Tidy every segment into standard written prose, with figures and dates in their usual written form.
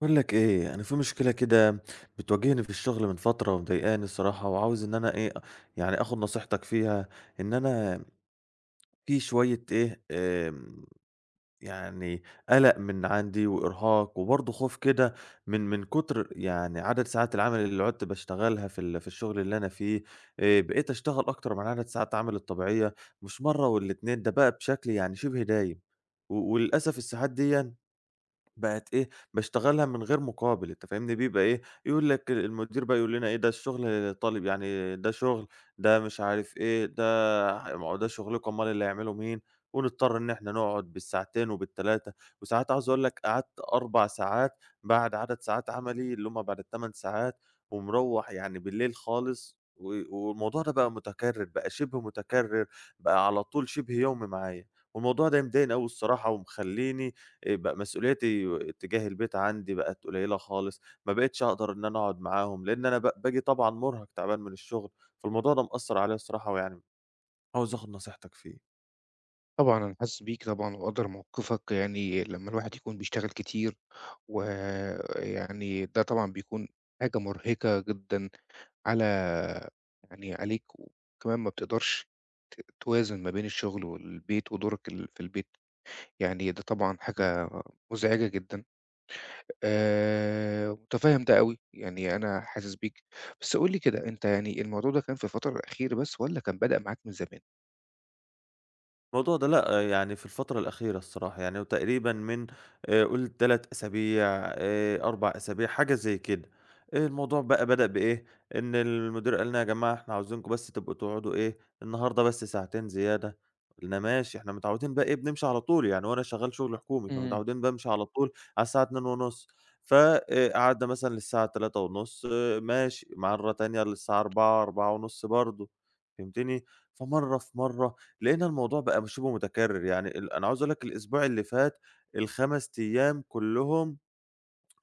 باقول لك إيه، أنا في مشكلة كده بتواجهني في الشغل من فترة ومضايقاني الصراحة، وعاوز إن أنا إيه، يعني آخُد نصيحتك فيها. إن أنا في شوية إيه، يعني قَلَق من عندي وإرهاق وبرضه خوف كده من كُتر يعني عدد ساعات العمل اللي عُدت باشتغلها في الشغل اللي أنا فيه. بقيت أشتغل أكتر من عدد ساعات عملي الطبيعية، مش مرّة ولا 2، ده بقى بشكل يعني شِبه دايم. و وللأسف الساعات ديًا بقت إيه، باشتغلها من غير مقابل. أنت فاهمني، بيبقى إيه، يقول لك المدير بقى يقول لنا إيه، ده الشغل طالب يعني ده شغل، ده مش عارف إيه، ده ما هو ده شغلكم، أومال اللي هيعمله مين؟ ونضطر إن إحنا نقعد بال2 وبال3، وساعات عاوز أقول لك قعدت 4 ساعات بعد عدد ساعات عملي اللي هم بعد ال8 ساعات، ومروّح يعني بالليل خالص. و والموضوع ده بقى متكرر، بقى شبه متكرر، بقى على طول شبه يومي معايا. والموضوع ده مضايقني أوي الصراحة ومخلّيني بقى مسؤولياتي تجاه البيت عندي بقت قليلة خالص، ما بقيتش أقدر إن أنا أقعد معاهم، لإن أنا باجي طبعًا مُرهق تعبان من الشغل. فالموضوع ده مأثّر عليَّ الصراحة ويعني عاوز آخد نصيحتك فيه. طبعًا أنا حاسس بيك طبعًا ومقدّر موقفك، يعني لمّا الواحد يكون بيشتغل كتير ويعني ده طبعًا بيكون حاجة مرهقة جدًا على يعني عليك، وكمان ما بتقدرش توازن ما بين الشغل والبيت ودورك ال في البيت، يعني ده طبعًا حاجة مزعجة جدًا. متفهّم ده أوي، يعني أنا حاسس بيك. بس قُل لي كده، أنت يعني الموضوع ده كان في الفترة الأخيرة بس والّا كان بدأ معاك من زمان؟ الموضوع ده لأ، آه، يعني في الفترة الأخيرة الصراحة، يعني هو تقريبًا من قُل 3 أسابيع، 4 أسابيع حاجة زي كده. الموضوع بقى بدأ بإيه، إن المدير قال لنا: "يا جماعة إحنا عاوزينكم بس تبقوا تقعدوا إيه، النهارده بس ساعتين زيادة." قُلنا: "ماشي." إحنا متعودين بقى إيه، بنمشي على طول، يعني وأنا شغّال شغل حكومي، إمم. فمتعودين بامشي على طول على الساعة 14:30. ف قعدنا مثلًا للساعة 15:30 ماشي، مرّة تانية للساعة 16:00، 16:30 برضه. فهمتني؟ فمرّة في مرّة لقينا الموضوع بقى م شِبه متكرر. يعني ال أنا عاوز أقول لك الأسبوع اللي فات ال5 أيام كلّهم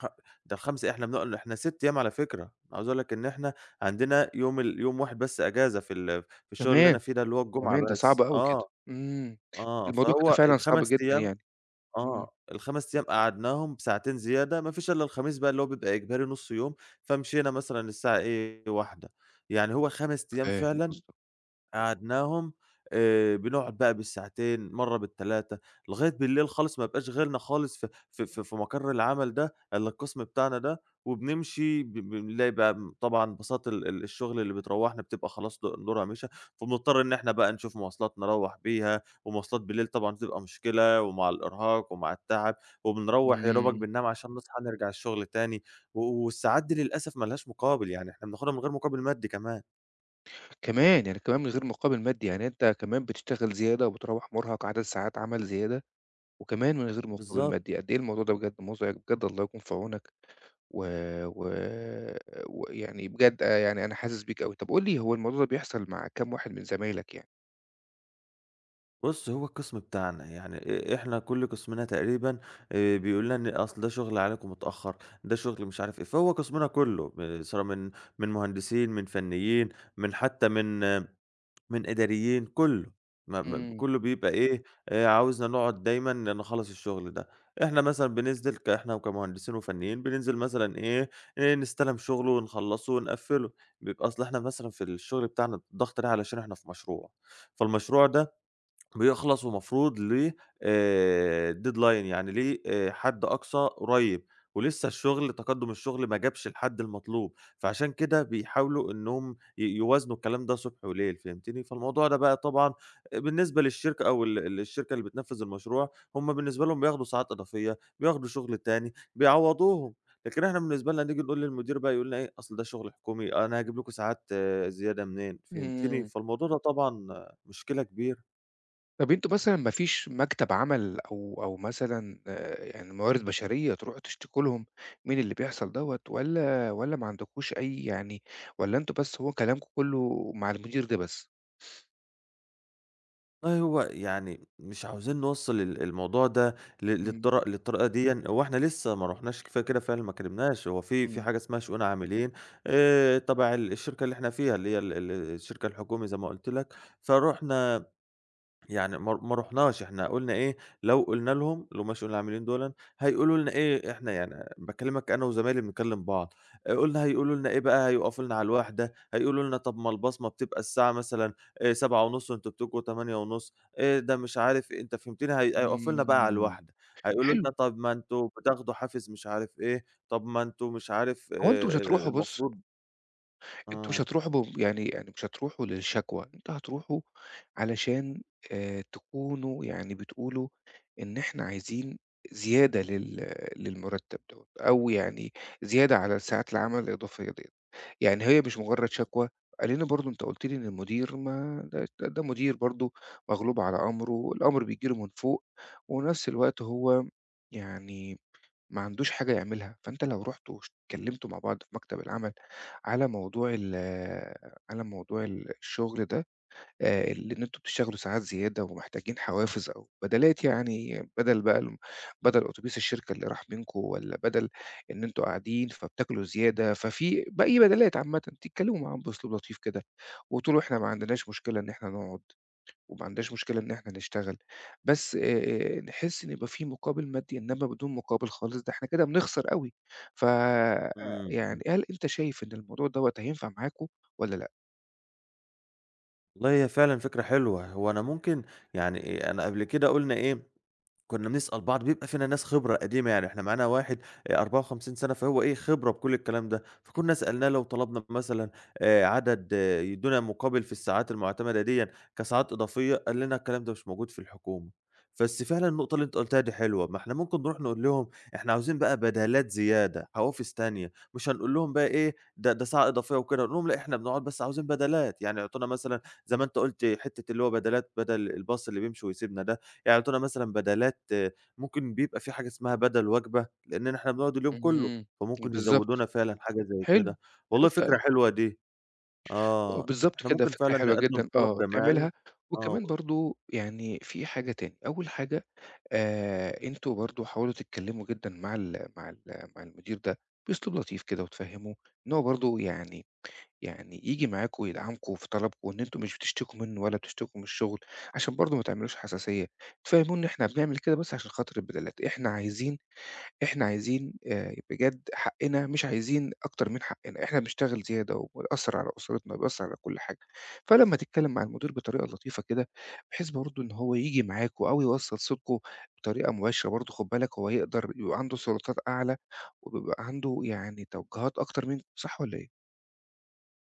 خ، ده ال5 إيه، إحنا بنق إحنا 6 أيام على فكرة. عاوز أقول لك إن إحنا عندنا يوم ال يوم واحد بس إجازة في الشغل اللي أنا كمان! فيه ده اللي هو الجمعة كمان! ده صعب بس، أوي كده. آه. إمم. آه، الموضوع فهو كده فعلًا صعب ال5 جدًا أيام. يعني. إمم. آه، ال5 أيام قعدناهم بساعتين زيادة، ما فيش إلا الخميس بقى اللي هو بيبقى إجباري نُص يوم. فمشينا مثلًا الساعة إيه، 13:00. يعني هو 5 أيام فاهم فعلًا قصدك. قعدناهم، بنقعد بقى بالساعتين، مرّة بال3 لغاية بالليل خالص، ما يبقاش غيرنا خالص في مقر العمل ده إلا القسم بتاعنا ده. وبنمشي ب بنلاقي بقى م طبعًا بساط ال ال الشغل اللي بتروّحنا بتبقى خلاص د دورها مشى. فبنضطر إن إحنا بقى نشوف مواصلات نروّح بيها، ومواصلات بالليل طبعًا بتبقى مشكلة ومع الإرهاق ومع التعب، وبنروّح يا دوبك إمم. بننام عشان نصحى نرجع الشغل تاني. و والساعات دي للأسف ما لهاش مقابل، يعني إحنا بناخدها من غير مقابل مادي كمان. كمان! يعني كمان من غير مقابل مادي، يعني أنت كمان بتشتغل زيادة وبتروّح مرهق عدد ساعات عمل زيادة وكمان من غير مقابل بالضبط. مادي، قد إيه الموضوع ده بجد مزعج، بجد الله يكون في عونك و و ويعني بجد آه، يعني أنا حاسس بيك أوي. طب قُل لي هو الموضوع ده بيحصل مع كام واحد من زمايلك يعني؟ بُص، هو القسم بتاعنا يعني إحنا كل قسمنا تقريبًا بيقول لنا إن أصل ده شغل عليكم متأخر، ده شغل مش عارف إيه. فهو قسمنا كله ب سواء من مهندسين، من فنيين، من حتى من آه، من إداريين، كله ما إمم. كله بيبقى إيه، عاوزنا نقعد دايمًا نخلّص الشغل ده. إحنا مثلًا بننزل ك إحنا كمهندسين وفنيين بننزل مثلًا إيه، نستلم شغل ونخلّصه ونقفّله. بيبقى أصل إحنا مثلًا في الشغل بتاعنا الضغط ده علشان إحنا في مشروع. فالمشروع ده بيخلص ومفروض ليه deadline، يعني ليه حد أقصى قريب، ولسه الشغل تقدُّم الشغل ما جابش الحد المطلوب. فعشان كده بيحاولوا إنّهم ي يوازنوا الكلام ده صبح وليل. فهمتني؟ فالموضوع ده بقى طبعًا بالنسبة للشركة أو ال الشركة اللي بتنفّذ المشروع، هم بالنسبة لهم بياخدوا ساعات إضافية، بياخدوا شغل تاني، بيعوّضوهم. لكن إحنا بالنسبة لنا نيجي نقول للمدير بقى يقول لنا إيه، أصل ده شغل حكومي، أنا هاجيب لكم ساعات آه، زيادة منين؟ فهمتني؟ إمم. فالموضوع ده طبعًا آه، مشكلة كبيرة. طب أنتم مثلًا ما فيش مكتب عمل أو مثلًا، يعني موارد بشرية تروحوا تشتكوا لهم من اللي بيحصل دوّة والّا ما عندكوش أي يعني، والّا أنتم بس هو كلامكم كله مع المدير ده بس؟ والله هو يعني مش عاوزين نوصّل ال الموضوع ده ل إمم، للطر للطريقة ديًا. هو إحنا لسه ما رُحناش كفاية كده فعلًا، ما كلمناش، هو في إمم، حاجة اسمها شؤون عاملين، تبع ال الشركة اللي إحنا فيها، اللي هي ال الشركة الحكومي زي ما قُلت لك. فرُحنا، يعني ما رُحناش، إحنا قُلنا إيه، لو قُلنا لهم اللي هم الشؤون العاملين دُولًا، هيقولوا لنا إيه، إحنا يعني باكلّمك أنا وزمايلي بنكلّم بعض. قُلنا هيقولوا لنا إيه بقى، هيوقفوا لنا على الواحدة، هيقولوا لنا طَب ما البصمة بتبقى الساعة مثلًا 07:30 وأنتم بتجوا 08:30، ده مش عارف إيه، أنت فهمتني، هي هيوقفوا لنا بقى على إمم. الواحدة. هيقولوا لنا حلو، طَب ما أنتم بتاخدوا حافز مش عارف إيه، طَب ما أنتم مش عارف هو أنتم مش هتروحوا بُص، المفروض أنتم مش آه. هتروحوا ب يعني يعني مش هتروحوا للشكوى، أنتم هتروحوا علشان تكونوا يعني بتقولوا إن إحنا عايزين زيادة لل للمرتب دوّة، أو يعني زيادة على ساعات العمل الإضافية ديّة، يعني هي مش مجرد شكوى، لإن برضه أنت قُلت لي إن المدير ما ده مدير برضه مغلوب على أمره، الأمر بييجي له من فوق، ونفس الوقت هو يعني ما عندوش حاجة يعملها. فأنت لو رُحتوا وش اتكلمتوا مع بعض في مكتب العمل على موضوع ال على موضوع ال الشغل ده، ال إن أنتم بتشتغلوا ساعات زيادة ومحتاجين حوافز أو بدَلات، يعني بدل بقى الم بدل أتوبيس الشركة اللي راح منكم والّا بدل إن أنتم قاعدين فبتاكلوا زيادة، ففي بأي بدَلات عامةً، تتكلموا معاهم بأسلوب لطيف كده وتقولوا إحنا ما إمم. عندناش مشكلة إن إحنا نقعد وما عندناش مشكلة إن إحنا نشتغل، بس نحس إن يبقى في مقابل مادي، إنما بدون مقابل خالص ده إحنا كده بنخسر أوي. ف إمم، يعني إمم. هل أنت شايف إن الموضوع دوّة هينفع معاكم والّا لأ؟ والله هي فعلًا فكرة حلوة. هو أنا ممكن يعني إيه، أنا قبل كده قُلنا إيه، كنا بنسأل بعض، بيبقى فينا ناس خبرة قديمة، يعني إحنا معانا واحد 54 سَنة، فهو إيه، خبرة بكل الكلام ده. فكنا سألناه لو طلبنا مثلًا عدد آه، يدّونا مقابل في الساعات المُعتمدة ديًّا كساعات إضافية، قال لنا الكلام ده مش موجود في الحكومة. بس فعلًا النقطة اللي أنت قُلتها دي حلوة، ما إحنا ممكن نروح نقول لهم إحنا عاوزين بقى بدالات زيادة، حوافز تانية، مش هنقول لهم بقى إيه، ده ده ساعة إضافية وكده، نقول لهم لأ إحنا بنقعد بس عاوزين بدالات. يعني يعطونا مثلًا زي ما أنت قُلت حتّة اللي هو بدالات بدل الباص اللي بيمشي ويسيبنا ده. يعني يعطونا مثلًا بدَلات آه، ممكن بيبقى في حاجة اسمها بدَل وجبة، لإننا إحنا بنقعد اليوم كلّه، إمم، اهم، فممكن بالضبط، يزوّدونا فعلًا حاجة زي حلو. كده. والله شُفت فكرة حلوة دي. آه، آه، بالضبط إحنا كده، ممكن فكرة فعلًا حلوة نقدّم جدًا طلب آه، جماعي. تعملها. آه. وكمان برضه يعني في حاجة تاني، أول حاجة أنتم برضه حاولوا تتكلموا جدًا مع ال مع ال مع المدير ده بأسلوب لطيف كده وتفهموه إن هو برضه يعني يعني ييجي معاكم ويدعمكم في طلبكم، إن أنتم مش بتشتكوا منه ولا بتشتكوا من الشغل، عشان برضه ما تعملوش حساسية، تفهموه إن إحنا بنعمل كده بس عشان خاطر البدلات. إحنا عايزين بجد حقنا، مش عايزين أكتر من حقنا، إحنا بنشتغل زيادة وبيأثّر على أسرتنا وبيأثّر على كل حاجة. فلمّا تتكلم مع المدير بطريقة لطيفة كده، بحيث برضه إن هو ييجي معاكم أو يوصّل صوتكم بطريقة مباشرة، برضه خُد بالك هو يقدر يبقى عنده سلطات أعلى، وبيبقى عنده يعني توجهات أكتر منكم، صح والّا إيه؟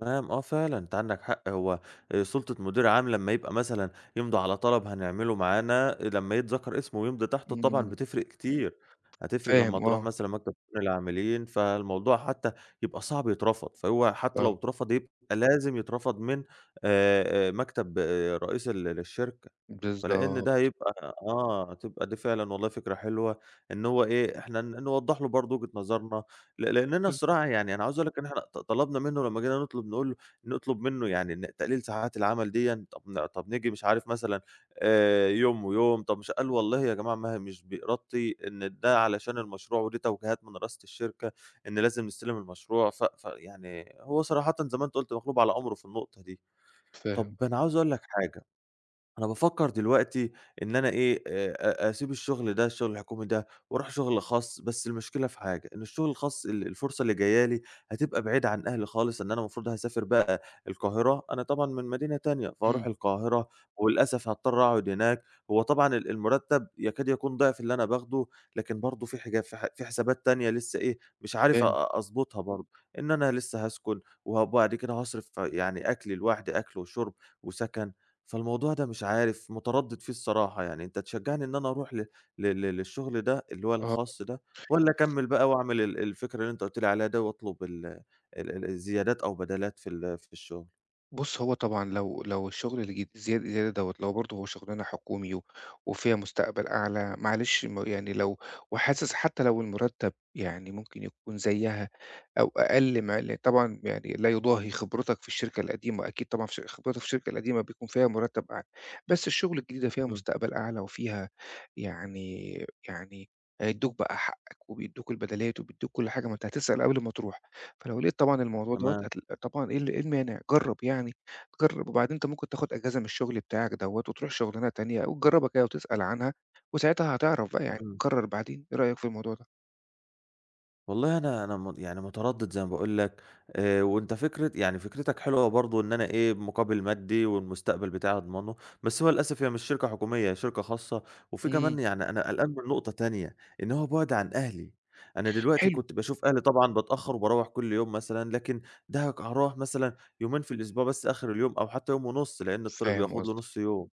تمام، آه فعلًا، أنت عندك حق. هو سُلطة مدير عام لمّا يبقى مثلًا يمضي على طلب هنعمله معانا، لمّا يتذكر اسمه ويمضي تحته طبعًا إمم. بتفرق إمم كتير. هتفرق لمّا فاهم تروح آه، مثلًا مكتب شؤون العاملين. فالموضوع حتى يبقى صعب يترفض، فهو حتى لو آه، اترفض يبقى لازم يترفض من مكتب آه، رئيس ال الشركة. فلإن ده بالضبط، هيبقى آه، تبقى دي فعلًا والله فكرة حلوة، إن هو إيه، إحنا نوضّح له برضه وجهة نظرنا لإننا بالضبط الصراحة. يعني أنا عاوز أقول لك إن إحنا طلبنا منه لمّا جينا نطلب نقول له نطلب منه يعني تقليل ساعات العمل ديًا. طب طب نيجي مش عارف مثلًا يوم ويوم، طب مش قال والله يا جماعة ما هي مش بإرادتي إن ده علشان المشروع ودي توجيهات من رئاسة الشركة إن لازم نستلم المشروع. فيعني هو صراحةً زي ما أنت قُلت مغلوب على أمره في النقطة دي. طب فاهم، أنا عاوز أقول لك حاجة. أنا بافكّر دلوقتي إن أنا إيه، أ أسيب الشغل ده، الشغل الحكومي ده وأروح شغل خاص. بس المشكلة في حاجة، إن الشغل الخاص الفرصة اللي جاية لي هتبقى بعيدة عن أهلي خالص، إن أنا المفروض هاسافر بقى القاهرة، أنا طبعًا من مدينة تانية، فهاروح إمم، القاهرة وللأسف هاضطر أقعد هناك. هو طبعًا المرتّب يكاد يكون ضِعف اللي أنا باخده، لكن برضه في حجا في ح في حسابات تانية لسه إيه، مش عارف فاهم، أضبطها برضه، إن أنا لسه هاسكن وبعد كده هاصرف يعني أكلي لوحدي، أكل وشُرب وسَكَن. فالموضوع ده مش عارف، متردد فيه الصراحة. يعني أنت تشجّعني إن أنا أروح ل ل ل للشغل ده اللي هو آه. الخاص ده، والّا أكمّل بقى وأعمل ال الفكرة اللي أنت قُلت لي عليها ده، وأطلب ال الزيادات أو بدالات في الشغل؟ بُص، هو طبعًا لو لو الشغل الجد زياد زيادة دوّة، لو برضه هو شغلانة حكومي و وفيها مستقبل أعلى، معلش م يعني لو وحاسس حتى لو المرتب يعني ممكن يكون زيّها أو أقل مع ال طبعًا يعني لا يضاهي خبرتك في الشركة القديمة، أكيد طبعًا في ش خبرتك في الشركة القديمة بيكون فيها مرتب أعلى، بس الشغل الجديدة فيها إمم، مستقبل أعلى وفيها يعني يعني هيدّوك بقى حقك وبيدّوك البدلات وبيدّوك كل حاجة، ما أنت هتسأل قبل ما تروح. فلو لقيت طبعًا الموضوع دوّة تمام، هتل طبعًا إيه ال إيه المانع؟ جرّب يعني، جرّب وبعدين أنت ممكن تاخد أجازة من الشغل بتاعك دوّة وتروح شغلانة تانية وتجرّبها كده وتسأل عنها، وساعتها هتعرف بقى يعني إمم. تقرّر بعدين، إيه رأيك في الموضوع ده؟ والله أنا أنا يعني متردد زي ما باقول لك. وأنت فكرة يعني فكرتك حلوة برضه إن أنا إيه، مقابل مادي والمستقبل بتاعي أضمنه، بس هو للأسف هي مش شركة حكومية، هي شركة خاصة. وفي إمم، كمان يعني أنا قلقان من نقطة تانية، إن هو بُعد عن أهلي. أنا دلوقتي حلو، كنت باشوف أهلي طبعًا باتأخّر وباروّح كل يوم مثلًا، لكن ده هاروّح مثلًا يومين في الأسبوع بس آخر اليوم أو حتى يوم ونُص، لإن الطريق فاهم بياخد له قصدك. نُص يوم.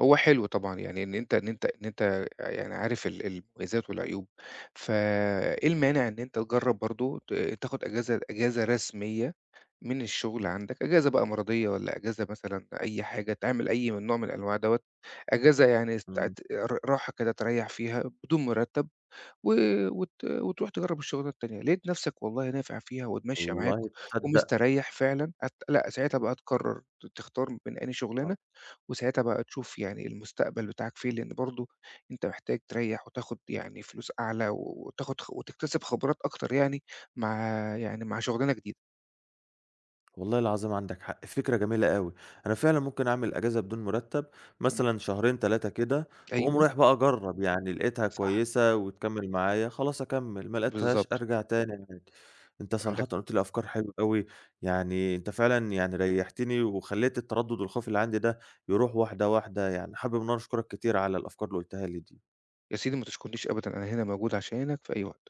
هو حلو طبعًا يعني إن أنت إن أنت يعني عارف ال المميزات والعيوب، فإيه المانع إن أنت تجرّب برضه ت تاخد أجازة، أجازة رسمية من الشغل عندك، إجازة بقى مرضية والّا إجازة مثلًا أي حاجة، تعمل أي من نوع من أنواع دوّة، إجازة يعني إمم، استعت ر راحة كده تريّح فيها بدون مرتب و وت وتروح تجرّب الشغلانة التانية. لقيت نَفْسك والله نافع فيها والماشية معاك والله تصدّق ومستريّح فعلًا هت لأ، ساعتها بقى تقرّر ت تختار بين أنهي آه. شغلانة، وساعتها بقى تشوف يعني المستقبل بتاعك فين، لإن برضه أنت محتاج تريّح وتاخُد يعني فلوس أعلى وتاخُد خ وتكتسب خبرات أكتر، يعني مع يعني مع شغلانة جديدة. والله العظيم عندك حق، فكرة جميلة أوي. أنا فعلًا ممكن أعمل أجازة بدون مرتب، إمم. مثلًا شهرين 3 كده، وأقوم أيوه. رايح بقى أجرّب. يعني لقيتها صح، كويسة وتكمّل معايا خلاص أكمّل، ما لقيتهاش بالضبط، أرجع تاني عادي. أنت صراحةً عندك. قُلت لي أفكار حلوة أوي. يعني أنت فعلًا يعني ريّحتني وخلّيت التردد والخوف اللي عندي ده يروح واحدة، واحدة. يعني حابب إن أنا أشكرك كتير على الأفكار اللي قُلتها لي دي. يا سيدي ما تشكرنيش أبدًا، أنا هنا موجود عشانك في أي وقت.